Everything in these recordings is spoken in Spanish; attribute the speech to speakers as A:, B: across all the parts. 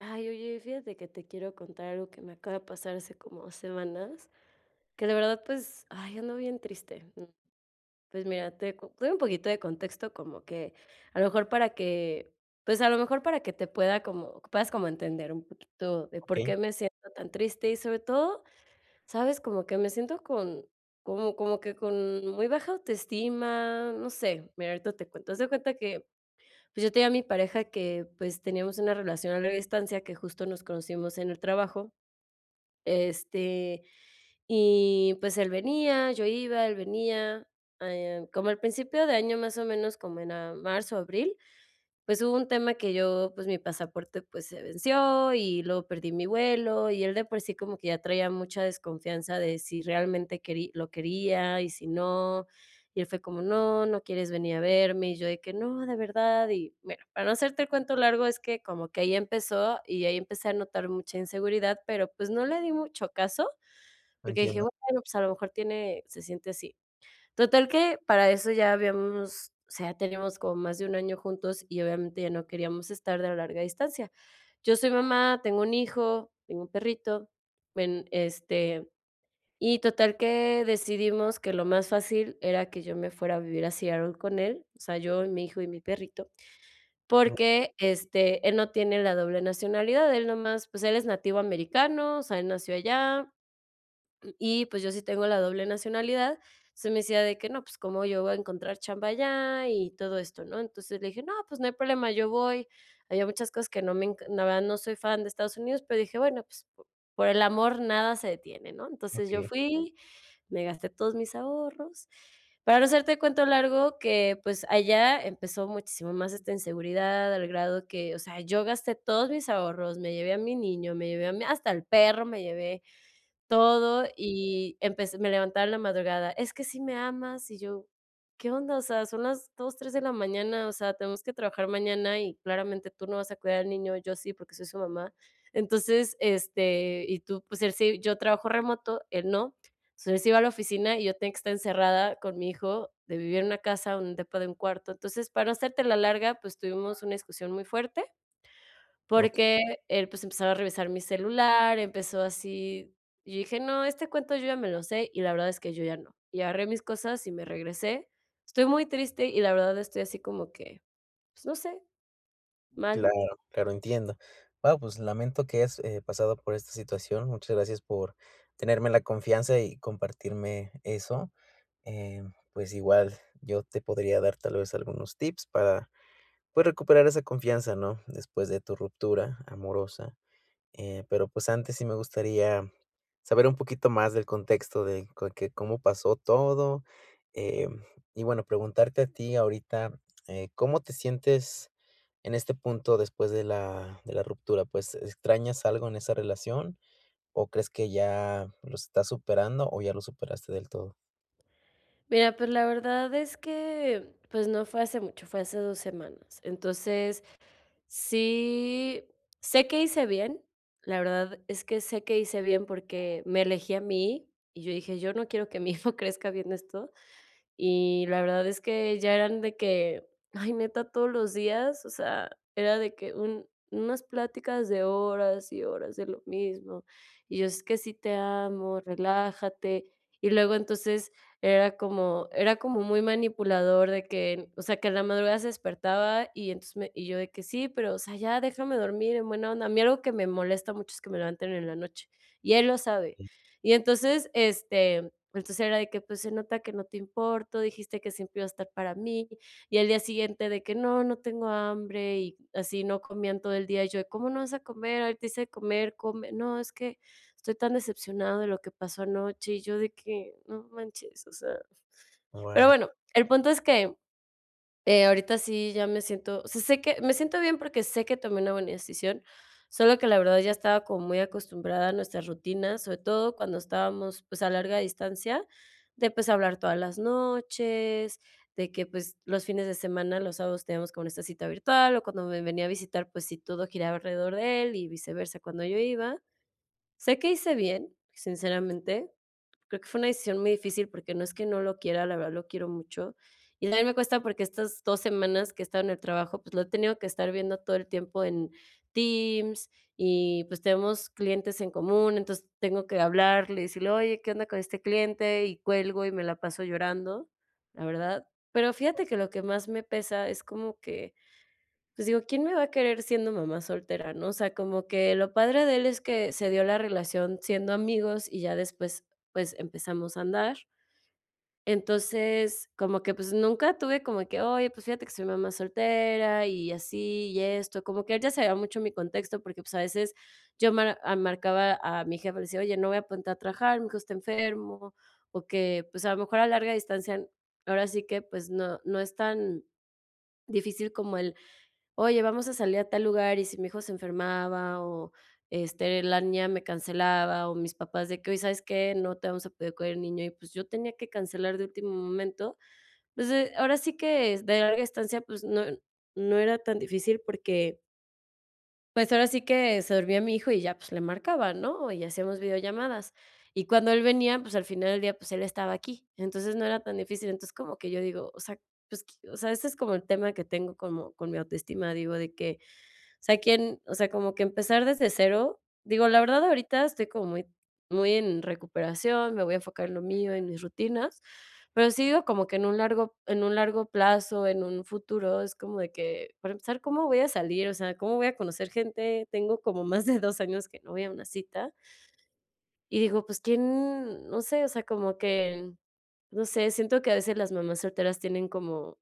A: Ay, oye, fíjate que te quiero contar algo que me acaba de pasar hace como 2 semanas, que de verdad, pues, ay, ando bien triste. Pues mira, doy un poquito de contexto como que a lo mejor para que, pues a lo mejor para que te pueda como, puedas como entender un poquito de por
B: Okey,
A: qué me siento tan triste y sobre todo, sabes, como que me siento con, como, como que con muy baja autoestima, no sé, mira, ahorita te cuento. Haz de cuenta que pues, yo tenía a mi pareja que, pues, teníamos una relación a larga distancia, que justo nos conocimos en el trabajo, este, y, pues, él venía, yo iba, él venía, como al principio de año, más o menos, como en a marzo, abril, pues, hubo un tema que yo, pues, mi pasaporte, pues, se venció y luego perdí mi vuelo, y él de por sí como que ya traía mucha desconfianza de si realmente querí lo quería y si no, y él fue como: "No, no quieres venir a verme", y yo de que: "No, de verdad", y bueno, para no hacerte el cuento largo, es que como que ahí empezó y ahí empecé a notar mucha inseguridad, pero, pues, no le di mucho caso, porque dije:
B: entiendo.
A: "Bueno, pues, a lo mejor tiene se siente así". Total que para eso ya habíamos, o sea, teníamos como más de un año juntos y obviamente ya no queríamos estar de a larga distancia. Yo soy mamá, tengo un hijo, tengo un perrito, ven, y total que decidimos que lo más fácil era que yo me fuera a vivir a Seattle con él, o sea, yo mi hijo y mi perrito,
B: Mm,
A: porque, él no tiene la doble nacionalidad, él nomás, pues él es nativo americano, o sea, él nació allá, y pues yo sí tengo la doble nacionalidad, se me decía de que no, pues cómo yo voy a encontrar chamba allá y todo esto, ¿no? Entonces le dije, no, pues no hay problema, yo voy. Había muchas cosas que no me, la verdad no soy fan de Estados Unidos, pero dije, bueno, pues por el amor nada se detiene, ¿no? Entonces yo
B: okey,
A: fui, me gasté todos mis ahorros. Para no hacerte cuento largo, que pues allá empezó muchísimo más esta inseguridad, al grado que, o sea, yo gasté todos mis ahorros, me llevé a mi niño, me llevé a mi- hasta el perro, me llevé todo, y empecé me levantaba en la madrugada: "Es que si me amas", y yo: "¿Qué onda? O sea, son las 2 3 de la mañana, o sea, tenemos que trabajar mañana y claramente tú no vas a cuidar al niño, yo sí, porque soy su mamá". Entonces, y tú, pues, él sí yo trabajo remoto, él no. Entonces, él se iba a la oficina y yo tenía que estar encerrada con mi hijo, de vivir en una casa, un depa de un cuarto. Entonces, para no hacértela larga, pues, tuvimos una discusión muy fuerte
B: okey,
A: porque él, pues, empezaba a revisar mi celular, empezó así. Y Yo dije: "No, este cuento yo ya me lo sé", y la verdad es que yo ya no. Y agarré mis cosas y me regresé. Estoy muy triste y la verdad estoy así como que, pues, no sé, mal.
B: claro, claro, entiendo. Guau, pues, lamento que hayas, pasado por esta situación. Muchas gracias por tenerme la confianza y compartirme eso. Eh, pues, igual yo te podría dar, tal vez, algunos tips para, pues, recuperar esa confianza, ¿no?, después de tu ruptura amorosa. Pero, pues, antes sí me gustaría saber un poquito más del contexto de co que cómo pasó todo, em, y bueno, preguntarte a ti ahorita, ¿cómo te sientes en este punto después de la ruptura? Pues, ¿extrañas algo en esa relación o crees que ya lo estás superando o ya lo superaste del todo?
A: Mira, pues, la verdad es que, pues, no fue hace mucho, fue hace 2 semanas. Entonces, sí sé que hice bien, la verdad es que sé que hice bien porque me elegí a mí, y yo dije: "Yo no quiero que mi hijo crezca viendo esto". Y la verdad es que ya eran de que, ay, neta, todos los días, o sea, era de que un unas pláticas de horas y horas de lo mismo. Y yo: "Es que sí te amo, relájate". Y luego entonces era como muy manipulador de que, o sea, que en la madrugada se despertaba y entonces me y yo de que: "Sí, pero, o sea, ya déjame dormir en buena onda". A mí algo que me molesta mucho es que me levanten en la noche, y él lo sabe. Y entonces, entonces era de que, pues, se nota que no te importo, dijiste que siempre iba a estar para mí, y al día siguiente de que no, no tengo hambre, y así no comían todo el día, y yo de, ¿cómo no vas a comer? Ahorita te hice comer, come. No, es que estoy tan decepcionado de lo que pasó anoche, y yo de que, no manches, o sea. Pero
B: Wow.
A: bueno, el punto es que ahorita sí ya me siento, o sea, sé que me siento bien porque sé que tomé una buena decisión, solo que la verdad ya estaba como muy acostumbrada a nuestras rutinas, sobre todo cuando estábamos pues a larga distancia, de pues hablar todas las noches, de que pues los fines de semana, los sábados teníamos como esta cita virtual o cuando me venía a visitar pues sí todo giraba alrededor de él y viceversa cuando yo iba. Sé que hice bien, sinceramente, creo que fue una decisión muy difícil porque no es que no lo quiera, la verdad lo quiero mucho. Y también me cuesta porque estas 2 semanas que he estado en el trabajo, pues lo he tenido que estar viendo todo el tiempo en Teams y pues tenemos clientes en común, entonces tengo que hablarle decirle, oye, ¿qué onda con este cliente? Y cuelgo y me la paso llorando, la verdad. Pero fíjate que lo que más me pesa es como que pues digo, ¿quién me va a querer siendo mamá soltera?, ¿no? O sea, como que lo padre de él es que se dio la relación siendo amigos y ya después, pues, empezamos a andar. Entonces, como que, pues, nunca tuve como que: "Oye, pues fíjate que soy mamá soltera y así y esto", como que él ya sabía mucho mi contexto, porque, pues, a veces marcaba a mi jefe, le decía: "Oye, no voy a ponerte a trabajar, mi hijo está enfermo", o que, pues, a lo mejor a larga distancia, ahora sí que, pues, no no es tan difícil como el oye, vamos a salir a tal lugar, y si mi hijo se enfermaba, o, la niña me cancelaba, o mis papás de que: "Oye, ¿sabes qué? No te vamos a poder cuidar el niño", y pues yo tenía que cancelar de último momento. Pues, ahora sí que es de larga estancia, pues no no era tan difícil porque, pues, ahora sí que se dormía mi hijo y ya, pues, le marcaba, ¿no? Y hacíamos videollamadas. Y cuando él venía, pues, al final del día, pues, él estaba aquí. Entonces, no era tan difícil. Entonces, como que yo digo, o sea, pues, o sea, ese es como el tema que tengo como con mi autoestima, digo, de que sea, quién, o sea, como que empezar desde cero. Digo, la verdad, ahorita estoy como muy, muy en recuperación, me voy a enfocar en lo mío, en mis rutinas, pero sí digo como que en un largo plazo, en un futuro, es como de que, para empezar, ¿cómo voy a salir? O sea, ¿cómo voy a conocer gente? Tengo como más de 2 años que no voy a una cita. Y digo, pues, ¿quién? No sé, o sea, como que, no sé, siento que a veces las mamás solteras tienen como,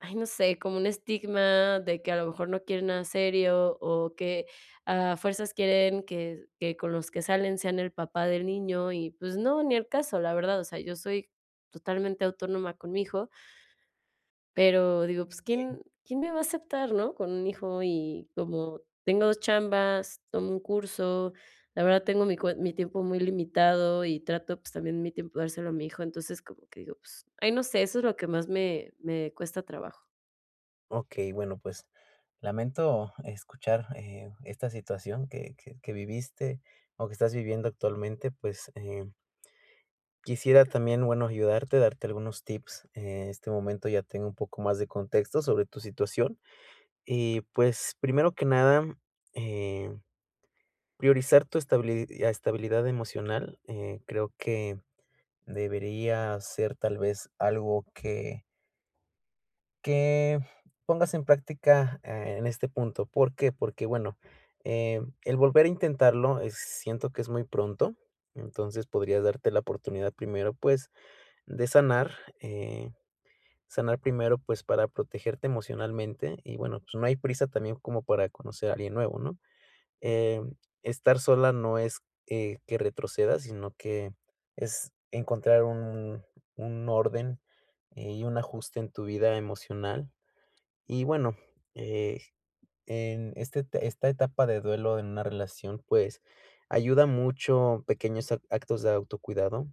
A: ay, no sé, como un estigma de que a lo mejor no quieren nada serio o que a fuerzas quieren que con los que salen sean el papá del niño y, pues, no, ni el caso, la verdad, o sea, yo soy totalmente autónoma con mi hijo pero digo, pues, ¿quién me va a aceptar, ¿no? Con un hijo y como tengo 2 chambas, tomo un curso, la verdad tengo mi tiempo muy limitado y trato, pues, también mi tiempo dárselo a mi hijo, entonces como que digo, pues, ay, no sé, eso es lo que más me cuesta trabajo.
B: Okey, bueno, pues, lamento escuchar, esta situación que viviste o que estás viviendo actualmente, pues, quisiera también, bueno, ayudarte, darte algunos tips. En este momento ya tengo un poco más de contexto sobre tu situación. Y pues, primero que nada, eh, priorizar tu estabili- a estabilidad emocional, creo que debería ser tal vez algo que pongas en práctica en este punto. ¿Por qué? Porque, bueno, el volver a intentarlo es- siento que es muy pronto. Entonces podrías darte la oportunidad primero, pues, de sanar. eh, sanar primero, pues, para protegerte emocionalmente y, bueno, pues, no hay prisa también como para conocer a alguien nuevo, ¿no? Em, estar sola no es, que retrocedas, sino que es encontrar un orden, y un ajuste en tu vida emocional. Y bueno, eh, en este te esta etapa de duelo en una relación, pues, ayuda mucho pequeños ac actos de autocuidado,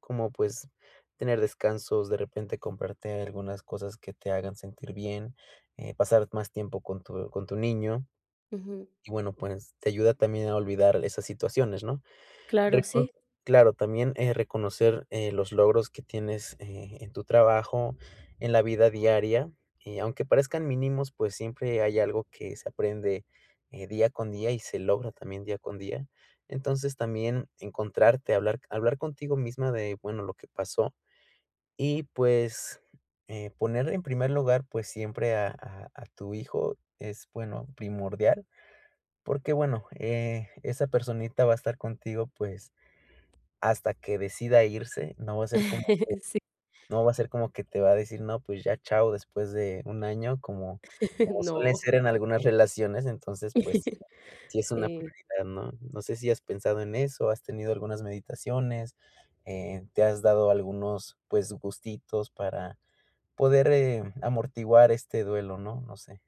B: como, pues, tener descansos, de repente comprarte algunas cosas que te hagan sentir bien, pasar más tiempo con tu niño
A: Ujú.
B: y, bueno, pues, te ayuda también a olvidar esas situaciones, ¿no?
A: Claro,
B: Recon
A: sí.
B: claro, también, reconocer, los logros que tienes, en tu trabajo, en la vida diaria, y aunque parezcan mínimos, pues siempre hay algo que se aprende, día con día y se logra también día con día. Entonces, también encontrarte, hablar contigo misma de, bueno, lo que pasó y, pues, poner en primer lugar, pues, siempre a tu hijo es, bueno, primordial, porque, bueno, esa personita va a estar contigo, pues hasta que decida irse, no va a ser como
A: Sí.
B: no va a ser como que te va a decir: "No, pues ya, chao", después de un año, como como suele
A: No.
B: ser en algunas relaciones, entonces, pues sí, sí es una
A: Sí.
B: prioridad, ¿no? No sé si has pensado en eso, has tenido algunas meditaciones, te has dado algunos, pues, gustitos para poder, amortiguar este duelo, ¿no? No sé.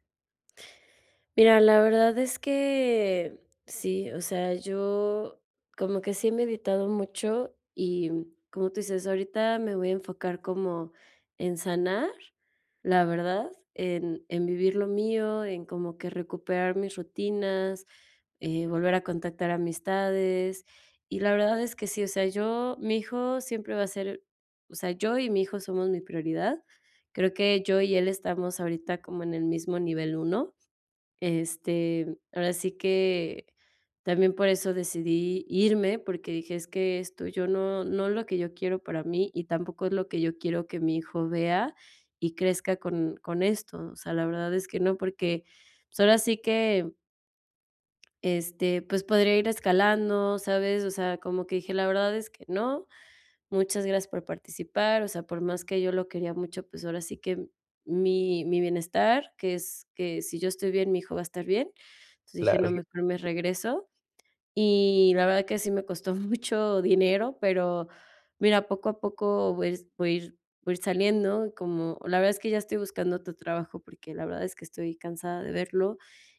A: Mira, la verdad es que sí, o sea, yo como que sí he meditado mucho y como tú dices, ahorita me voy a enfocar como en sanar, la verdad, en vivir lo mío, en como que recuperar mis rutinas, volver a contactar amistades. Y la verdad es que sí, o sea, yo, mi hijo siempre va a ser, o sea, yo y mi hijo somos mi prioridad. Creo que yo y él estamos ahorita como en el mismo nivel uno, ahora sí que también por eso decidí irme, porque dije: "Es que esto yo no es lo que yo quiero para mí, y tampoco es lo que yo quiero que mi hijo vea y crezca con esto". O sea, la verdad es que no, porque, pues, ahora sí que, pues, podría ir escalando, ¿sabes? O sea, como que dije: "La verdad es que no". Muchas gracias por participar, o sea, por más que yo lo quería mucho, pues ahora sí que mi bienestar, que es que si yo estoy bien, mi hijo va a estar bien. Entonces dije:
B: Claro,
A: "No, mejor me regreso". Y la verdad que sí me costó mucho dinero, pero mira, poco a poco voy a ir saliendo, y como la verdad es que ya estoy buscando otro trabajo porque la verdad es que estoy cansada de verlo.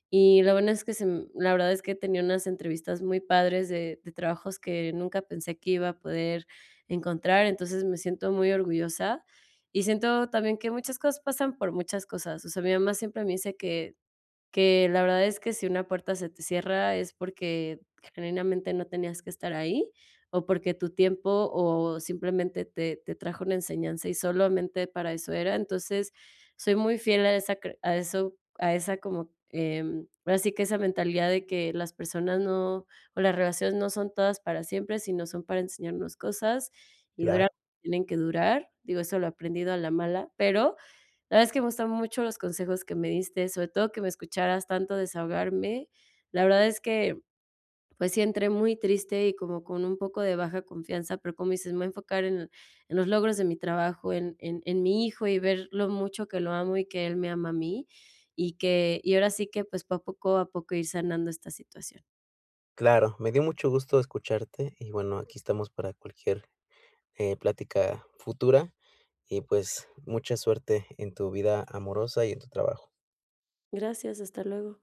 A: Y la bueno es que se m la verdad es que tenía unas entrevistas muy padres de trabajos que nunca pensé que iba a poder encontrar, entonces me siento muy orgullosa y siento también que muchas cosas pasan por muchas cosas. O sea, mi mamá siempre me dice que la verdad es que si una puerta se te cierra es porque genuinamente no tenías que estar ahí, o porque tu tiempo, o simplemente te trajo una enseñanza y solamente para eso era. Entonces, soy muy fiel a esa cre a eso a esa como, ahora sí que esa mentalidad de que las personas no o las relaciones no son todas para siempre, sino son para enseñarnos cosas y
B: claro,
A: durar tienen que durar. Digo, eso lo he aprendido a la mala, pero la verdad es que me gustan mucho los consejos que me diste, sobre todo que me escucharas tanto desahogarme. La verdad es que, pues sí, entré muy triste y como con un poco de baja confianza, pero como dices, me voy a enfocar en los logros de mi trabajo, en mi hijo y ver lo mucho que lo amo y que él me ama a mí. Y que, y ahora sí que pues poco a poco ir sanando esta situación.
B: claro. Me dio mucho gusto escucharte y, bueno, aquí estamos para cualquier plática futura y pues mucha suerte en tu vida amorosa y en tu trabajo.
A: Gracias, hasta luego.